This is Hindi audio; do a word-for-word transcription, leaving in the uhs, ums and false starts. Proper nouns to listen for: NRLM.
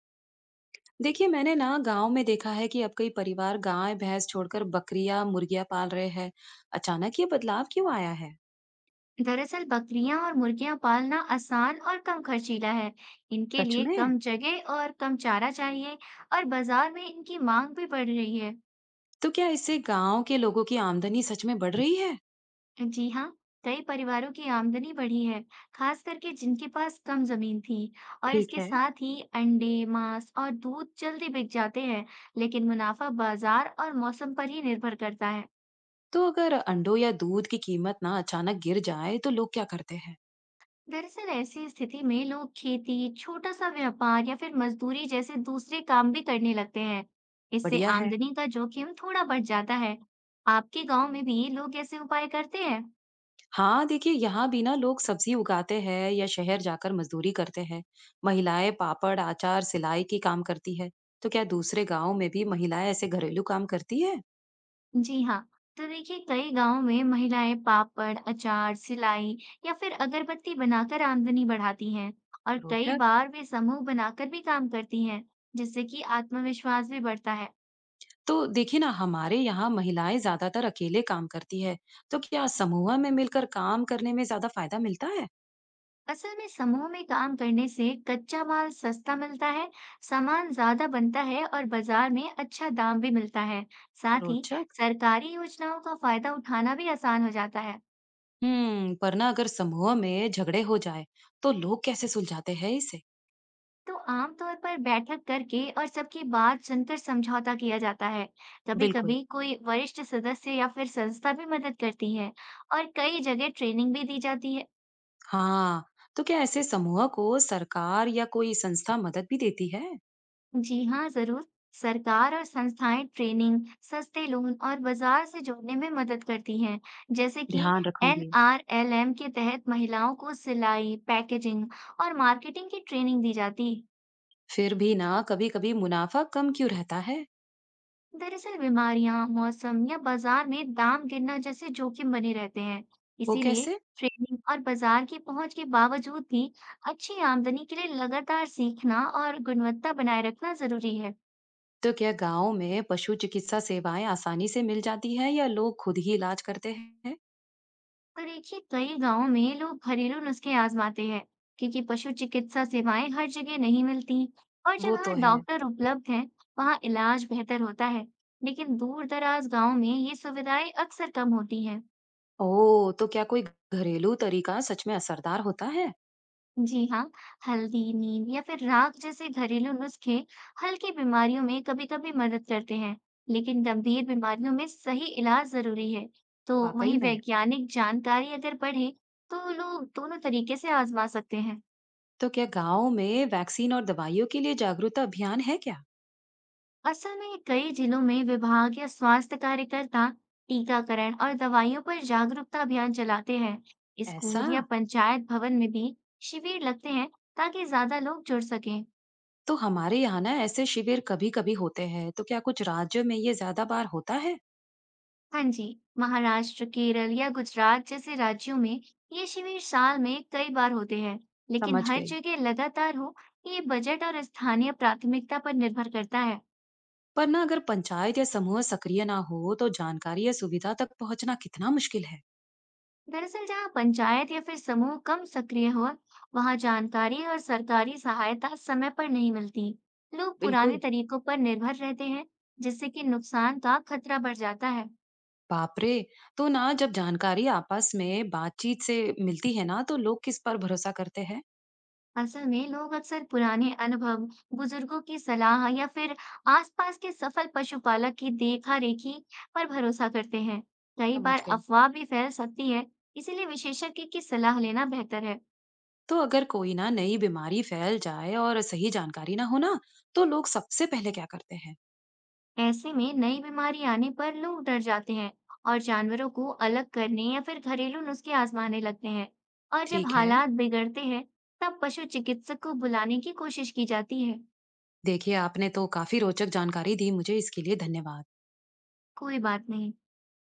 देखिए मैंने ना गांव में देखा है कि अब कई परिवार गाय भैंस छोड़कर बकरियां मुर्गियां पाल रहे हैं। अचानक ये बदलाव क्यों आया है। दरअसल बकरियां और मुर्गियां पालना आसान और कम खर्चीला है। इनके सच लिए में। कम जगह और कम चारा चाहिए और बाजार में इनकी मांग भी बढ़ रही है। तो क्या इससे गांव के लोगों की आमदनी सच में बढ़ रही है। जी हाँ, कई परिवारों की आमदनी बढ़ी है, खास करके जिनके पास कम जमीन थी। और ठीक इसके है। साथ ही अंडे, मांस और दूध जल्दी बिक जाते हैं, लेकिन मुनाफा बाजार और मौसम पर ही निर्भर करता है। तो अगर अंडों या दूध की कीमत ना अचानक गिर जाए तो लोग क्या करते हैं। दरअसल ऐसी स्थिति में लोग खेती, छोटा सा व्यापार या फिर मजदूरी जैसे दूसरे काम भी करने लगते हैं। इससे बढ़िया है। आमदनी का जोखिम थोड़ा बढ़ जाता है। आपके गांव में भी लोग ऐसे उपाय करते हैं? हाँ देखिए, यहाँ भी ना लोग सब्जी उगाते हैं या शहर जाकर मजदूरी करते हैं। महिलाएं पापड़ अचार सिलाई की काम करती है। तो क्या दूसरे गांव में भी महिलाएं ऐसे घरेलू काम करती है। जी हाँ, तो देखिए कई गांव में महिलाएं पापड़, अचार, सिलाई या फिर अगरबत्ती बनाकर आमदनी बढ़ाती हैं और कई रोचक। बार वे समूह बनाकर भी काम करती हैं, जिससे कि आत्मविश्वास भी बढ़ता है। तो देखिए ना, हमारे यहाँ महिलाएं ज्यादातर अकेले काम करती है। तो क्या समूह में मिलकर काम करने में ज्यादा फायदा मिलता है। असल में समूह में काम करने से कच्चा माल सस्ता मिलता है, सामान ज्यादा बनता है और बाजार में अच्छा दाम भी मिलता है। साथ ही रोचक। सरकारी योजनाओं का फायदा उठाना भी आसान हो जाता है। हम्म, पर ना अगर समूह में झगड़े हो जाए तो लोग कैसे सुलझाते हैं इसे। तो आमतौर पर बैठक करके और सबकी बात सुनकर समझौता किया जाता है। बिल्कुल। कभी-कभी कोई वरिष्ठ सदस्य या फिर संस्था भी मदद करती है और कई जगह ट्रेनिंग भी दी जाती है। हाँ। तो क्या ऐसे समूह को सरकार या कोई संस्था मदद भी देती है। जी हाँ, जरूर। सरकार और संस्थाएं ट्रेनिंग, सस्ते लोन और बाजार से जोड़ने में मदद करती हैं, जैसे कि ध्यान रखूंगी। एन आर एल एम के तहत महिलाओं को सिलाई, पैकेजिंग और मार्केटिंग की ट्रेनिंग दी जाती। फिर भी ना कभी कभी मुनाफा कम क्यों रहता है। दरअसल बीमारियां, मौसम या बाजार में दाम गिरना जैसे जोखिम बने रहते हैं। वो इसीलिए कैसे। ट्रेनिंग और बाजार की पहुंच के बावजूद भी अच्छी आमदनी के लिए लगातार सीखना और गुणवत्ता बनाए रखना जरूरी है। तो क्या गांव में पशु चिकित्सा सेवाएं आसानी से मिल जाती है या लोग खुद ही इलाज करते हैं। तो देखिए कई गांवों में लोग घरेलू नुस्खे आजमाते हैं क्योंकि पशु चिकित्सा सेवाएं हर जगह नहीं मिलती और वो तो जहां है। डॉक्टर उपलब्ध हैं वहां इलाज बेहतर होता है, लेकिन दूर दराज गांव में ये सुविधाएं अक्सर कम होती हैं। ओह! तो क्या कोई घरेलू तरीका सच में असरदार होता है? जी हाँ, हल्दी नीम या फिर राख जैसे घरेलू नुस्खे हल्की बीमारियों में कभी कभी मदद करते हैं, लेकिन गंभीर बीमारियों में सही इलाज जरूरी है। तो वाक़ई वहीं में? वैज्ञानिक जानकारी अगर बढ़े तो लोग दोनों तरीके से आजमा सकते हैं। तो क्या गाँव में वैक्सीन और दवाइयों के लिए जागरूकता अभियान है क्या? असल में कई जिलों में विभाग या स्वास्थ्य कार्यकर्ता टीकाकरण और दवाइयों पर जागरूकता अभियान चलाते हैं। ऐसा? स्कूल या पंचायत भवन में भी शिविर लगते हैं ताकि ज्यादा लोग जुड़ सकें। तो हमारे यहाँ ना ऐसे शिविर कभी-कभी होते हैं, तो क्या कुछ राज्यों में ये ज़्यादा बार होता है? हाँ जी, महाराष्ट्र, केरल या गुजरात जैसे राज्यों में ये शिविर साल में कई बार होते हैं, लेकिन समझ हर गई। जगह लगातार हो, ये बजट और स्थानीय प्राथमिकता पर निर्भर करता है। पर ना अगर पंचायत या समूह सक्रिय ना हो, तो जानकारी या सुविधा तक पहुँचना कितना मुश्किल है? दरअसल जहाँ पंचायत या फिर समूह कम सक्रिय हो, वहाँ जानकारी और सरकारी सहायता समय पर नहीं मिलती। लोग पुराने बिल्कुल। तरीकों पर निर्भर रहते हैं, जिससे कि नुकसान का खतरा बढ़ जाता है। बाप रे! तो ना, जब जानकारी आपस में बातचीत से मिलती है ना, तो लोग किस पर भरोसा करते हैं? असल में लोग अक्सर पुराने अनुभव, बुजुर्गों की सलाह या फिर आसपास के सफल पशुपालक की देखा रेखी पर भरोसा करते हैं। कई समझ बार गई। अफवाह भी फैल सकती है, इसीलिए विशेषज्ञ की सलाह लेना बेहतर है। तो अगर कोई ना नई बीमारी फैल जाए और सही जानकारी ना हो ना, तो लोग सबसे पहले क्या करते हैं। ऐसे में नई बीमारी आने पर लोग डर जाते हैं और जानवरों को अलग करने या फिर घरेलू नुस्खे आजमाने लगते हैं और जब ठीक है। हालात बिगड़ते हैं तब पशु चिकित्सक को बुलाने की कोशिश की जाती है। देखिए, आपने तो काफी रोचक जानकारी दी मुझे। इसके लिए धन्यवाद। कोई बात नहीं।